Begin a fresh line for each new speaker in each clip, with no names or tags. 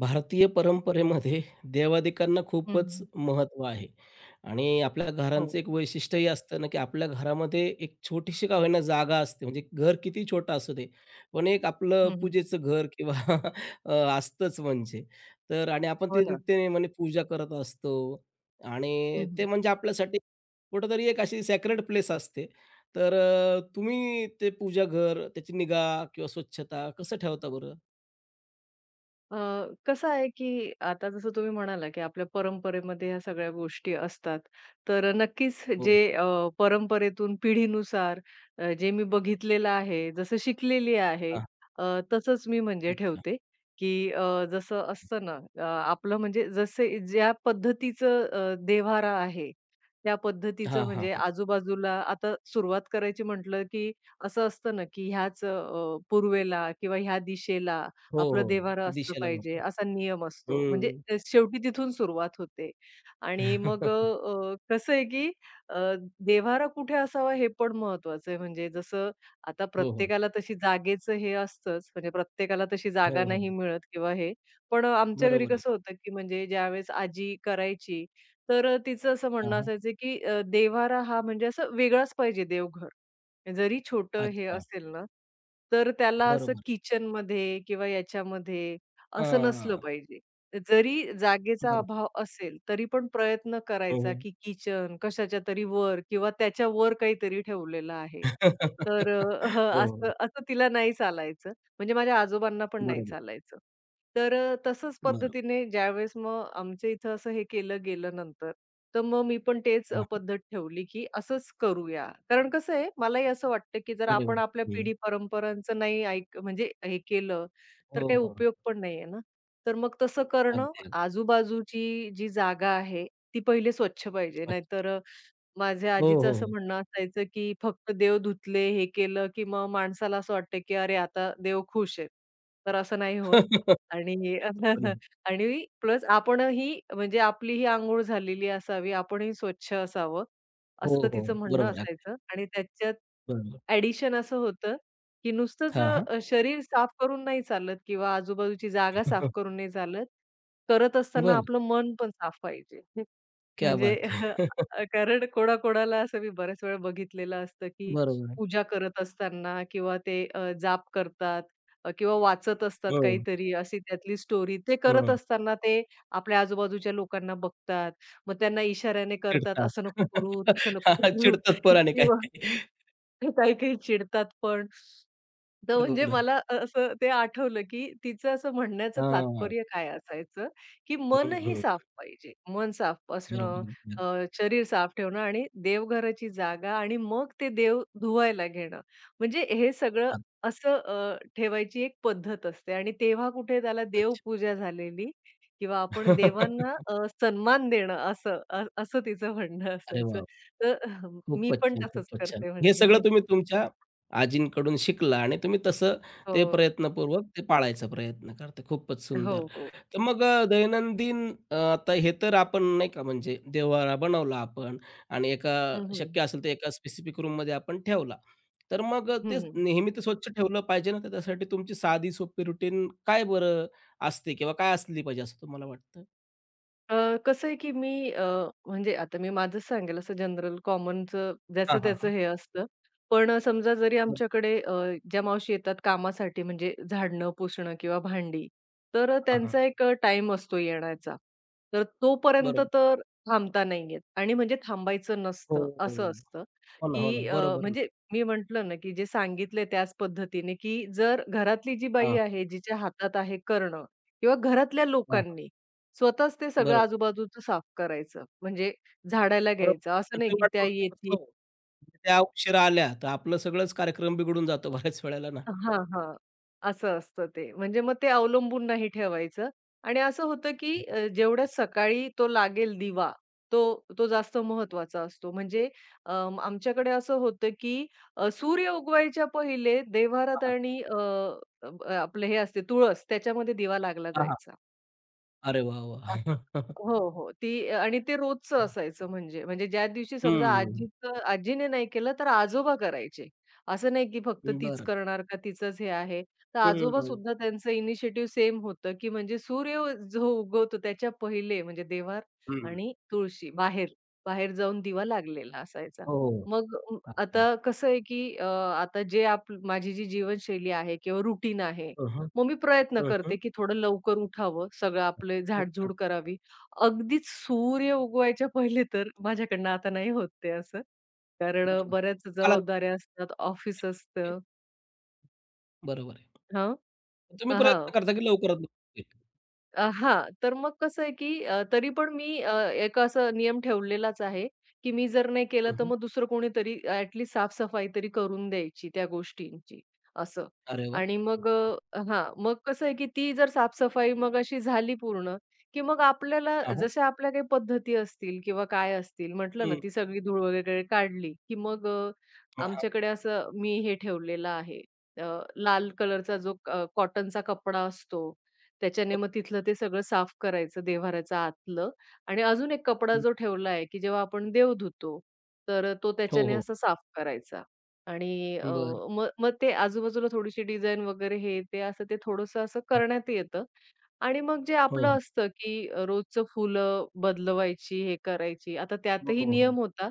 भारतीय परंपरेमध्ये देवाधिकांना
हं,
खूपच
हं.
महत्त्व आहे आणि आपल्या घरांचं
हो.
एक वैशिष्ट्यही असतं ना, की आपल्या घरामध्ये एक छोटीशी का होईना जागा असते, म्हणजे घर किती छोटा असू दे, पण एक आपलं
हं, हं.
पूजेचं घर किंवा अ, असतंच म्हणजे. तर आणि आपण
हो
ते
ना.
नित्यनेमाने पूजा करत असतो आणि ते
हं,
म्हणजे आपल्यासाठी कुठेतरी एक अशी सॅक्रेड प्लेस असते. तर तुम्ही ते पूजा घर, त्याची निगा किंवा स्वच्छता कसं ठेवता बरं?
अ, कसं आहे, की आता जसं तुम्ही म्हणाला, की आपल्या परंपरेमध्ये ह्या सगळ्या गोष्टी असतात. तर नक्कीच
हो.
जे परंपरेतून पिढीनुसार जे मी बघितलेलं आहे, जसं शिकलेली आहे
हां.
तसंच मी म्हणजे ठेवते, की जसं असतं ना अ, आपलं म्हणजे जसे ज्या पद्धतीचं देव्हारा आहे, त्या
हां,
पद्धतीचं
हां,
म्हणजे
हां.
आजूबाजूला आता सुरुवात करायची म्हटलं, की असं असतं ना, की ह्याच पूर्वेला किंवा ह्या दिशेला
हो,
आपलं देव्हारा
हो.
असलं
दिशेला
पाहिजे
बघून.
असा नियम असतो. म्हणजे
हं.
शेवटी तिथून सुरुवात होते. आणि मग अ, अ, कसं आहे की अ, देव्हारा कुठे असावा हे पण महत्वाचं आहे. म्हणजे जसं आता
हो, हो.
प्रत्येकाला तशी जागेचं हे असतंच. म्हणजे प्रत्येकाला तशी
हो,
जागा
हो.
नाही मिळत किंवा हे. पण आमच्या घरी
बरोबर आहे.
कसं होतं की म्हणजे ज्यावेळेस आजी करायची, तर तिचं असं
हां,
म्हणणं
हां.
असायचं की देव्हारा हा म्हणजे असं वेगळाच पाहिजे देवघर. जरी छोटं हे
अच्छा.
असेल ना, तर त्याला असं
बरोबर आहे.
किचनमध्ये किंवा याच्यामध्ये असं नसलं
हां.
पाहिजे. जरी जागेचा
बरोबर.
अभाव असेल, तरी पण प्रयत्न करायचा,
हो,
की किचन कशाच्यातरी वर किंवा त्याच्या वर काहीतरी ठेवलेलं आहे. तर हं,
हो. हो, हो.
असं असं तिला नाही चालायचं. म्हणजे माझ्या आजोबांना पण नाही
बरोबर.
चालायचं. तर तसंच
बरोबर.
पद्धतीने ज्यावेळेस मग आमच्या इथं असं हे केलं गेलं नंतर तर मग मी पण तेच
हां.
पद्धत ठेवली, की असंच करूया. कारण कसं आहे, मलाही असं वाटतं, की जर
अरे वाह!
आपण आपल्या
हं.
पिढी परंपरांचं नाही ऐक म्हणजे हे केलं, तर
हो,
काही
हो.
उपयोग पण नाही आहे ना. तर मग तसं करणं,
अगदी, अगदी.
आजूबाजूची जी जागा आहे, ती पहिले स्वच्छ पाहिजे.
अच्छा.
नाहीतर माझ्या
हो, हो,
आजीचं असं
हो.
म्हणणं असायचं, की फक्त देव धुतले, हे केलं, की मग माणसाला असं वाटतं, की "अरे, आता देव खुश आहेत." तर असं नाही होत.
हो
आणि
ना.
आणि प्लस आपणही म्हणजे आपली ही अंघोळ झालेली असावी, आपणही स्वच्छ असावं,
हो,
असं
हो.
तिचं म्हणणं
बरोबर आहे. अगदी
असायचं. आणि त्याच्यात
बरोबर.
ॲडिशन असं होतं, की नुसतंच
हां, हां.
शरीर साफ करून नाही चालत किंवा आजूबाजूची जागा साफ
बरं.
करून नाही चालत. करत असताना आपलं मन पण साफ पाहिजे.
क्या
म्हणजे
बात है!
कारण कोणाकोणाला असं मी बऱ्याच वेळा बघितलेलं असतं, की
बरोबर आहे.
पूजा करत असताना किंवा ते जाप करतात किंवा वाचत असतात
हो,
काहीतरी अशी त्यातली स्टोरी. ते करत
हो.
असताना ते आपल्या आजूबाजूच्या लोकांना बघतात. मग त्यांना इशाऱ्याने करतात,
चिडतात.
"असं नको करू, तसं नको
हां,
करू"
चिडतात पोराने
किंवा
काही-काही.
काही-काही चिडतात पण. तर
हो
म्हणजे
ना.
मला असं ते आठवलं, की तिचं असं म्हणण्याचं
हां. हं,
तात्पर्य काय असायचं, की मनही
हं.
साफ पाहिजे. मन साफ
बरोबर,
असणं,
बरोबर.
अ, शरीर साफ ठेवणं आणि देवघराची जागा आणि मग ते देव धुवायला घेणं. म्हणजे हे सगळं
अ,
असं ठेवायची एक पद्धत असते आणि तेव्हा कुठे त्याला
अच्छा.
देवपूजा झालेली किंवा आपण देवांना सन्मान देणं असं तिचं म्हणणं
अरे
असायचं.
वाह!
तर मी
खूपच
पण
छान,
तसंच
खूपच छान.
करते
हे सगळं
म्हणजे.
तुम्ही तुमच्या आजींकडून शिकला आणि तुम्ही तसं ते
हो.
प्रयत्नपूर्वक ते पाळायचा प्रयत्न करता. खूपच
हो,
सुंदर.
हो.
तर मग दैनंदिन आता हे तर आपण नाही का म्हणजे देव्हारा बनवला आपण आणि एका
हं, हं.
शक्य असेल तर एका स्पेसिफिक रूममध्ये आपण ठेवला. तर मग
हं,
तेच
हं.
नेहमी तर स्वच्छ ठेवलं पाहिजे ना, तर त्यासाठी तुमची साधी सोपी रुटीन काय बरं असते किंवा काय असली पाहिजे असं तुम्हाला वाटतं?
कसं आहे की मी म्हणजे आता मी माझंच सांगेल असं जनरल कॉमनचं
हां,
ज्याचं
हां,
त्याचं
हां.
हे असतं. पण समजा जरी
बरं.
आमच्याकडे ज्या मावशी येतात कामासाठी म्हणजे झाडणं, पुसणं किंवा भांडी, तर
हां, हां.
त्यांचा एक टाइम असतो येण्याचा. तर तोपर्यंत
बरोबर.
तर थांबता नाही येत आणि म्हणजे थांबायचं
हो,
नसतं,
हो.
असं असतं
हो ना,
की
हो ना. बरोबर ना.
म्हणजे मी म्हटलं ना की जे सांगितलंय त्याच पद्धतीने की जर घरातली जी बाई
हां,
आहे, जिच्या हातात आहे करणं किंवा घरातल्या
हां, हां.
लोकांनी स्वतःच ते सगळं
बरोबर.
आजूबाजूचं साफ करायचं. म्हणजे झाडायला
बरोबर.
घ्यायचं. असं नाही
तसं
की त्या
वाटत
येतील
असलं त्या उशिरा आल्या, तर आपलं सगळंच कार्यक्रम बिघडून जातो बऱ्याच वेळेला ना.
हां, हां. असं असतं ते. म्हणजे मग ते अवलंबून नाही ठेवायचं आणि असं होतं की जेवढ्या सकाळी तो लागेल दिवा, तो तो जास्त महत्त्वाचा असतो. म्हणजे अ, आमच्याकडे असं होतं की सूर्य उगवायच्या पहिले देव्हारात
हां,
आणि अ, अ, आपलं हे असते तुळस त्याच्यामध्ये दिवा लागला
हां, हां.
जायचा.
अरे वाह!
असं.
वाह!
हो, हो. ती आणि ते रोजचं असायचं म्हणजे. म्हणजे ज्या दिवशी समजा
हं.
आजीचं आजीने नाही केलं तर आजोबा करायचे. असं नाही की फक्त तीच
बरं.
करणार का तिचंच हे आहे. तर
हं.
आजोबा
हं.
सुद्धा त्यांचं इनिशिएटिव्ह सेम होतं, की म्हणजे सूर्य जो उगवतो त्याच्या पहिले म्हणजे देव्हार
हो.
आणि तुळशी बाहेर, बाहेर जाऊन दिवा लागलेला असायचा.
हो.
मग
अगदी, अगदी.
आता कसं आहे की आता जे आप माझी जी जीवनशैली आहे किंवा रुटीन आहे,
हं, हं.
मग मी प्रयत्न
हं, हं.
करते, की थोडं लवकर उठावं, सगळं आपले झाडझूड करावी. अगदीच सूर्य उगवायच्या पहिले तर माझ्याकडनं आता नाही होत ते असं. कारण
बरोबर.
बऱ्याच
कालांतराने
जबाबदाऱ्या असतात, ऑफिस असतं.
बरोबर आहे.
हां,
तुम्ही
हां.
प्रयत्न करता की लवकरात लवकर होईल.
हां. तर मग कसं आहे, की तरी पण मी एक असा नियम ठेवलेलाच आहे, की मी जर नाही केलं,
हं,
तर
हं.
मग दुसरं कोणीतरी ॲट लीस्ट तरी करून द्यायची त्या गोष्टींची, असं.
अरे वाह!
आणि मग हां. मग कसं आहे, की ती जर साफ मग अशी झाली पूर्ण, की मग आपल्याला
हां, हां.
जशा आपल्या काही पद्धती असतील किंवा काय असतील, म्हटलं ना,
हं.
ती सगळी धूळ वगैरे काढली, की मग
हां, हां.
आमच्याकडे असं मी हे ठेवलेलं आहे, अ, लाल कलरचा जो कॉटनचा कपडा असतो त्याच्याने मग तिथलं ते सगळं साफ करायचं देव्हाऱ्याचं आतलं आणि अजून एक कपडा जो ठेवला आहे, की जेव्हा आपण देव धुतो, तर तो
हो,
त्याच्याने
हो.
असा साफ करायचा आणि
बरं.
मग मग ते आजूबाजूला थोडीशी डिझाइन वगैरे हे ते असं ते थोडंसं असं
हो,
करण्यात येतं आणि मग जे आपलं
हो.
असतं, की रोजचं फुलं बदलवायची, हे करायची. आता त्यातही
हो, हो.
नियम होता,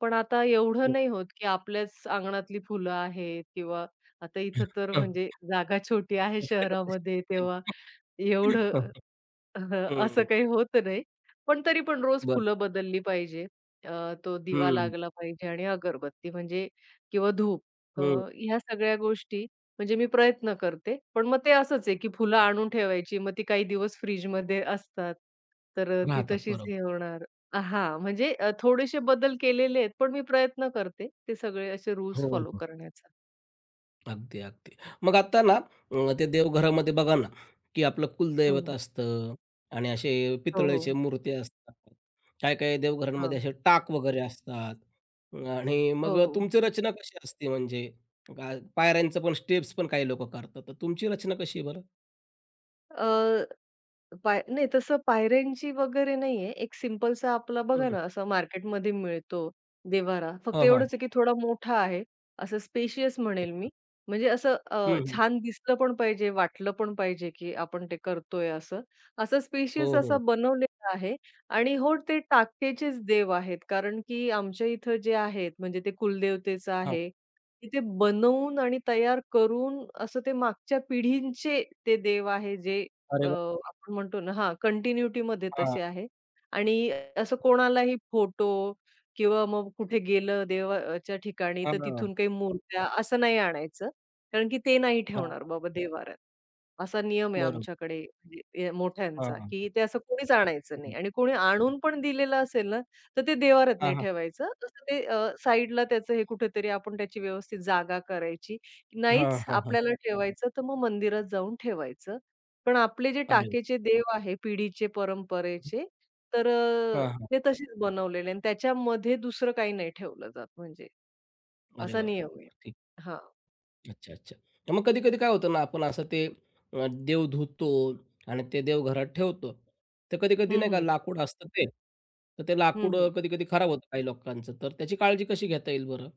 पण आता एवढं
हो.
नाही होत, की आपल्याच अंगणातली फुलं आहेत किंवा आता इथं तर
हं.
म्हणजे जागा छोटी आहे शहरामध्ये तेव्हा एवढं अह, असं
हं.
काही होत नाही. पण तरी पण रोज
बरं.
फुलं बदलली पाहिजे. तो दिवा
हं,
लागला पाहिजे आणि अगरबत्ती म्हणजे किंवा धूप
हं.
ह्या सगळ्या गोष्टी म्हणजे मी प्रयत्न करते. पण मग ते असंच आहे, की फुलं आणून ठेवायची. मग ती काही दिवस फ्रिजमध्ये असतात. तर ती
राहतात.
तशीच
बरोबर.
हे होणार हां, म्हणजे थोडेसे बदल केलेले आहेत. पण मी प्रयत्न करते ते सगळे असे
हो,
रूल्स फॉलो
हो.
करण्याचा.
अगदी, अगदी. मग आता ना ते देवघरामध्ये बघा ना, की आपलं कुलदैवत
हं.
असतं आणि असे
हो,
पितळेच्या
हो.
मूर्ती असतात. काही-काही
हां.
देवघरांमध्ये असे टाक वगैरे असतात आणि मग
हो, हो.
तुमची रचना कशी असते म्हणजे? गा पायऱ्यांचं पण स्टेप्स पण काही लोकं करतात. तर तुमची रचना कशी आहे बरं?
पाय नाही तसं पायऱ्यांची वगैरे नाहीये. एक सिंपलसा आपला बघा
हं.
ना, असा मार्केटमध्ये मिळतो देव्हारा. फक्त
हां, हां.
एवढंच आहे की थोडा मोठा आहे. असं स्पेशियस म्हणेल
अच्छा.
मी. म्हणजे असं
हं, हं.
छान दिसलं पण पाहिजे, वाटलं पण पाहिजे की आपण ते करतोय असं. असा
हो,
स्पेशियस असा
हो.
बनवलेला आहे आणि हो, ते टाकेचेच देव आहेत. कारण की आमच्या इथं जे आहेत म्हणजे ते कुलदेवतेचं
हां.
आहे. तिथे बनवून आणि तयार करून असं ते मागच्या पिढींचे ते देव आहे जे
अरे
अ,
वाह!
आपण म्हणतो ना हां, कंटिन्युटीमध्ये तसे आहे आणि असं कोणालाही फोटो किंवा मग कुठे गेलं देवाच्या ठिकाणी,
हां,
तर
हां,
तिथून काही मूर्त्या असं नाही आणायचं. कारण की ते नाही
हां.
ठेवणार बाबा देव्हाऱ्यात. असा नियम आहे
बरोबर.
आमच्याकडे म्हणजे ए मोठ्यांचा,
हां,
की ते असं कोणीच आणायचं नाही
हं.
आणि कोणी आणून पण दिलेलं असेल ना, तर ते देवारात
हां,
नाही
हां.
ठेवायचं. असं ते साईडला त्याचं हे कुठेतरी आपण त्याची व्यवस्थित जागा करायची.
हां,
नाहीच
हां, हां.
आपल्याला ठेवायचं तर मग मंदिरात जाऊन ठेवायचं. पण आपले जे
अरे वाह!
टाकेचे देव आहे पिढीचे, परंपरेचे, तर
हां, हां.
ते तसेच बनवलेले आणि त्याच्यामध्ये दुसरं काही नाही ठेवलं जात म्हणजे
अरे
असा
वाह, वाह,
नियम आहे.
वाह! ठीक.
हां.
अच्छा, अच्छा. तर मग कधी-कधी काय होतं ना, आपण असं ते देव धुतो आणि ते देवघरात ठेवतो. तर कधी-कधी
हं,
नाही का
हं.
लाकूड असतं ते, तर ते
हं,
लाकूड
हं.
कधी-कधी खराब होतं काही लोकांचं, तर त्याची काळजी कशी घेता येईल बरं?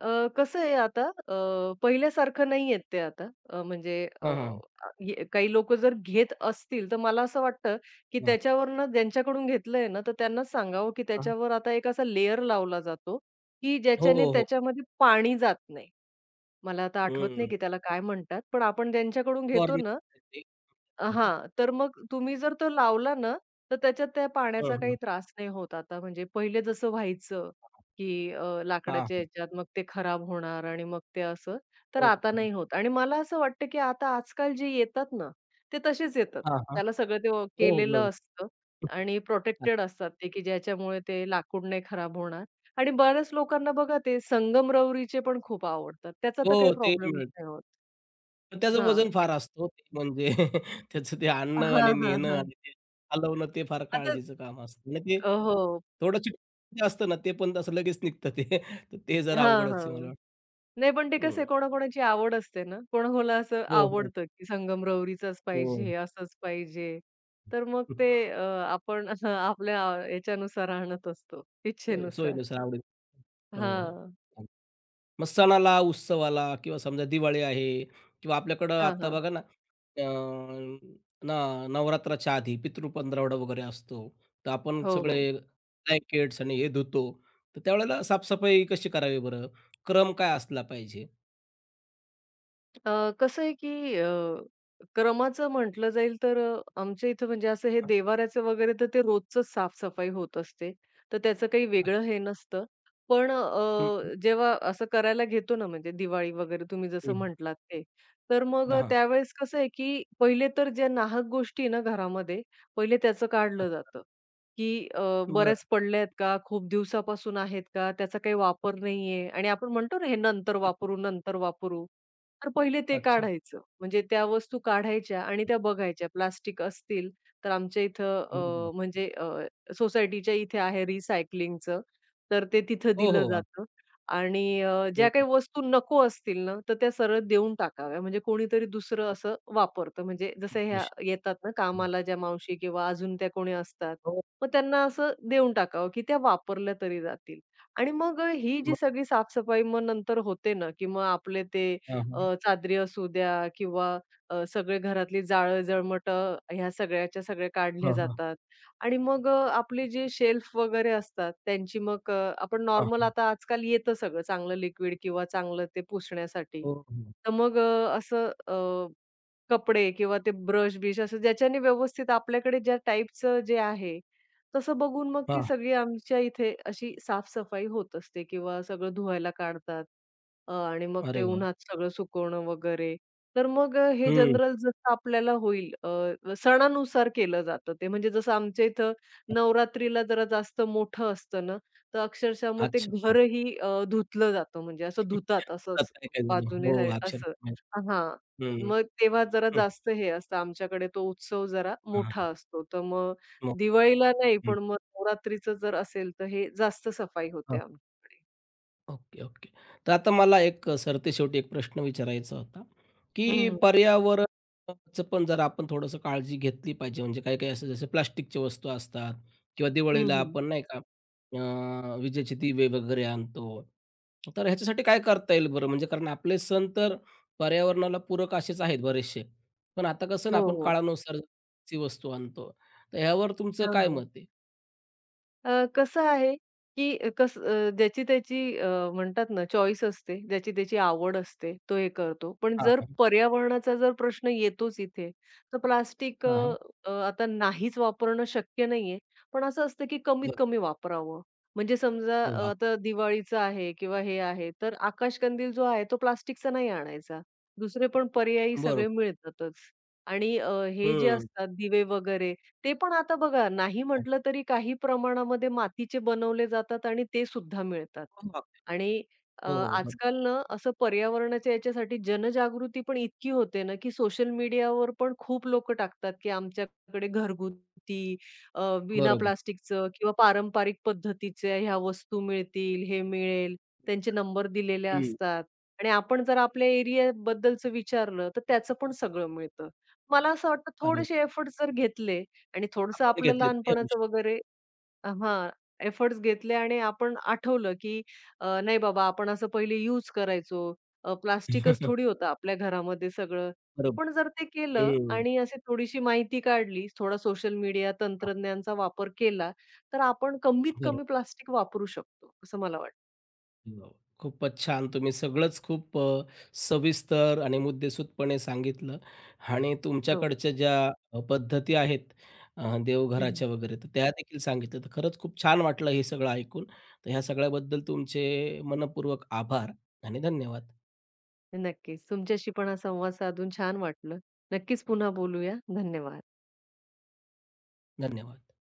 कसं आहे आता पहिल्यासारखं नाहीयेत ते आता. म्हणजे अ,
हां, हां.
अ, ये काही लोकं जर घेत असतील, तर मला असं वाटतं, की
हां,
त्याच्यावरनं ज्यांच्याकडून घेतलंय ना, तर त्यांनाच सांगावं, की
हां.
त्याच्यावर आता एक असा लेयर लावला जातो, की
हो,
ज्याच्याने
हो.
त्याच्यामध्ये पाणी जात नाही. मला आता आठवत नाही,
हं.
की त्याला काय म्हणतात. पण आपण ज्यांच्याकडून घेतो
फवारणी
ना,
होते का?
हां. तर मग तुम्ही जर तो लावला ना, तर त्याच्यात त्या
हं,
पाण्याचा काही
हं.
त्रास नाही होत आता. म्हणजे पहिले जसं व्हायचं, की
हां,
लाकडाच्या
हां.
ह्याच्यात मग ते खराब होणार आणि मग ते असं, तर
हो,
आता
हो.
नाही होत. आणि मला असं वाटतं, की आता आजकाल जे येतात ना, ते तसेच येतात.
हां, हां.
त्याला सगळं ते
हो, हो.
केलेलं
बरोबर.
असतं आणि प्रोटेक्टेड असतात ते, की ज्याच्यामुळे ते लाकूड नाही खराब होणार. आणि बऱ्याच लोकांना बघा ते संगमरवरीचे पण खूप आवडतात. त्याचा
हो,
तर काही
ते
प्रॉब्लेमच
मिळतं.
नाही होत.
पण त्याचं
हां.
वजन
ते
फार असतं हो, म्हणजे त्याचं ते आणणं आणि
हां, हां,
नेणं
हां.
आणि ते हलवणं ते फार
आता
काळजीचं काम असतं. आणि ते
हो.
थोडं चिटकून असतं ना, ते पण असं लगेच निघतं ते. तर ते जरा
हां,
अवघडच आहे मला
हां.
वाटतं.
नाही, पण ते कसं
हं.
आहे कोणाकोणाची आवड असते ना. कोणाकोणाला असं
हो, हो,
आवडतं, की संगमरवरीचाच
हो.
पाहिजे, असंच पाहिजे. तर मग ते आपण असं आपल्या याच्यानुसार आणत असतो, इच्छेनुसार.
सोयीनुसार आवडीनुसार. हो,
हां.
हो. मग सणाला, उत्सवाला किंवा समजा दिवाळी आहे किंवा आपल्याकडं
हां,
आता
हां.
बघा ना, अ, ना नवरात्राच्या आधी पितृ पंधरवडा वगैरे असतो. तर आपण
हो, हो.
सगळे ब्लँकेट्स आणि हे धुतो. तर त्यावेळेला साफसफाई कशी करावी बरं? क्रम काय असला पाहिजे?
कसं आहे की क्रमाचं म्हटलं जाईल तर आमच्या इथं म्हणजे असं हे
हां,
देव्हाऱ्याचं वगैरे तर ते रोजचंच साफसफाई होत असते. तर त्याचं काही
हां.
वेगळं हे नसतं. पण
हं, हं.
जेव्हा असं करायला घेतो ना म्हणजे दिवाळी वगैरे तुम्ही जसं
हं.
म्हटलात ते. तर मग
हां, हां.
त्यावेळेस कसं आहे की पहिले तर ज्या नाहक गोष्टी आहे ना घरामध्ये, पहिले त्याचं काढलं जातं. की
बरं.
बऱ्याच पडल्या का? खूप दिवसापासून आहेत का? त्याचा काही वापर नाहीये आणि आपण म्हणतो ना हे नंतर वापरू, नंतर वापरू. तर पहिले ते
अच्छा.
काढायचं. म्हणजे त्या वस्तू काढायच्या आणि त्या बघायच्या. प्लास्टिक असतील तर आमच्या इथं
बरोबर.
म्हणजे सोसायटीच्या इथे आहे रिसायकलिंगचं, तर ते तिथं
हो,
दिलं
हो. अग
जातं. आणि
हं,
ज्या काही वस्तू नको असतील ना, तर त्या सरळ देऊन टाकाव्या. म्हणजे कोणीतरी दुसरं
हो.
असं वापरतं. म्हणजे जसं ह्या
खुश.
येतात ना कामाला ज्या मावशी किंवा अजून त्या कोणी असतात.
हो.
मग त्यांना असं देऊन टाकावं, की त्या वापरल्या तरी जातील. आणि मग ही जी
मग
सगळी साफसफाई मग नंतर होते ना, की मग आपले ते
हां, हां.
चादरी असू द्या किंवा सगळे घरातली जाळं जळमटं ह्या सगळ्याच्या सगळे काढले
हां, हां.
जातात आणि मग आपले जे शेल्फ वगैरे असतात त्यांची मग आपण नॉर्मल
हां.
आता आजकाल येतं सगळं चांगलं लिक्विड किंवा चांगलं ते पुसण्यासाठी.
हो, हो.
तर मग असं कपडे किंवा ते ब्रश-बिश असं ज्याच्याने व्यवस्थित आपल्याकडे ज्या टाइपचं जे आहे, तसं बघून मग ती
हां.
सगळी आमच्या इथे अशी साफ-सफाई होत असते किंवा सगळं धुवायला काढतात. आणि मग
अरे
ते
वाह!
उन्हात सगळं सुकवणं वगैरे. तर मग हे
हं.
जनरल जसं आपल्याला होईल सणानुसार केलं जातं ते. म्हणजे जसं आमच्या इथं नवरात्रीला जरा जास्त मोठं असतं ना, तर अक्षरशः मग ते
अच्छा.
घरही धुतलं जातं म्हणजे असं धुतात असं
असतात
असं
काही-काही जण.
बाजूने
हो,
हे असं
अक्षरशः.
हां.
हं.
मग तेव्हा जरा
हं,
जास्त हे असतं आमच्याकडे तो उत्सव जरा
हां,
मोठा
हां.
असतो. तर मग
मोठ्या.
दिवाळीला नाही,
हं,
पण मग नवरात्रीचं जर असेल, तर हे जास्त सफाई होते
हां.
आमच्याकडे.
Okay, okay. तर आता मला एक सरतेशेवटी एक प्रश्न विचारायचा होता,
हं,
की
हं.
पर्यावरणाचं पण जर आपण थोडंसं काळजी घेतली पाहिजे. म्हणजे काही-काही असं जसं प्लास्टिकच्या वस्तू असतात किंवा दिवाळीला
हं,
आपण नाही का विजेचे दिवे वगैरे आणतो. तर ह्याच्यासाठी काय करता येईल बरं? म्हणजे कारण आपले सण तर पर्यावरणाला पूरक असेच आहेत बरेचसे. पण आता कसं ना
हो,
आपण
हो.
काळानुसार ची वस्तू आणतो. तर ह्यावर तुमचं काय मत आहे?
कसं आहे, की कसं ज्याची त्याची म्हणतात ना चॉईस असते, ज्याची त्याची आवड असते, तो हे करतो. पण
हां,
जर
हां.
पर्यावरणाचा जर प्रश्न येतोच इथे, तर प्लास्टिक अ,
हां, हां.
अ, आता नाहीच वापरणं शक्य नाहीये. पण असं असतं, की कमीत
बरं.
कमी वापरावं. म्हणजे समजा
हो, अग
आता दिवाळीचं आहे किंवा हे आहे, तर आकाशकंदील जो आहे तो प्लास्टिकचा नाही आणायचा. दुसरे पण पर्यायी
बरोबर.
सगळे मिळतातच. आणि हे जे असतात दिवे वगैरे ते पण आता बघा नाही म्हटलं तरी काही प्रमाणामध्ये मातीचे बनवले जातात आणि ते सुद्धा मिळतात.
हं.
आणि अ,
हो, हो.
आजकाल ना असं पर्यावरणाच्या याच्यासाठी जनजागृती पण इतकी होते ना, की सोशल मीडियावर पण खूप लोकं टाकतात, की आमच्याकडे घरगुती अ, बिना
बरोबर.
प्लास्टिकचं किंवा पारंपरिक पद्धतीच्या ह्या वस्तू मिळतील, हे मिळेल. त्यांचे नंबर दिलेले
हं.
असतात आणि आपण जर आपल्या एरियाबद्दलचं विचारलं, तर त्याचं पण सगळं मिळतं. मला असं वाटतं
अरे
थोडेसे
वाह!
एफर्ट्स जर घेतले आणि थोडंसं
आपण
आपलं
घेतलेत या गोष्टी.
लहानपणाचं वगैरे हां, एफर्ट्स घेतले आणि आपण आठवलं, की नाही बाबा आपण असं पहिले यूज करायचो. प्लास्टिकच थोडी होतं आपल्या घरामध्ये सगळं.
बरोबर.
पण जर ते केलं
हं.
आणि अशी थोडीशी माहिती काढली, थोडा सोशल मीडिया, तंत्रज्ञानचा वापर केला, तर आपण कमीत
बरं.
कमी प्लास्टिक वापरू शकतो, असं मला वाटतं.
हो. खूपच छान. तुम्ही सगळंच खूप सविस्तर आणि मुद्देसूदपणे सांगितलं आणि
हो.
तुमच्याकडच्या ज्या पद्धती आहेत
हं,
देवघराच्या वगैरे, तर त्यादेखील सांगितलं. तर खरंच खूप छान वाटलं हे सगळं ऐकून. तर ह्या सगळ्याबद्दल तुमचे मनःपूर्वक आभार आणि धन्यवाद.
नक्कीच. तुमच्याशी पण हा संवाद साधून छान वाटलं. नक्कीच पुन्हा बोलूया. धन्यवाद.
धन्यवाद.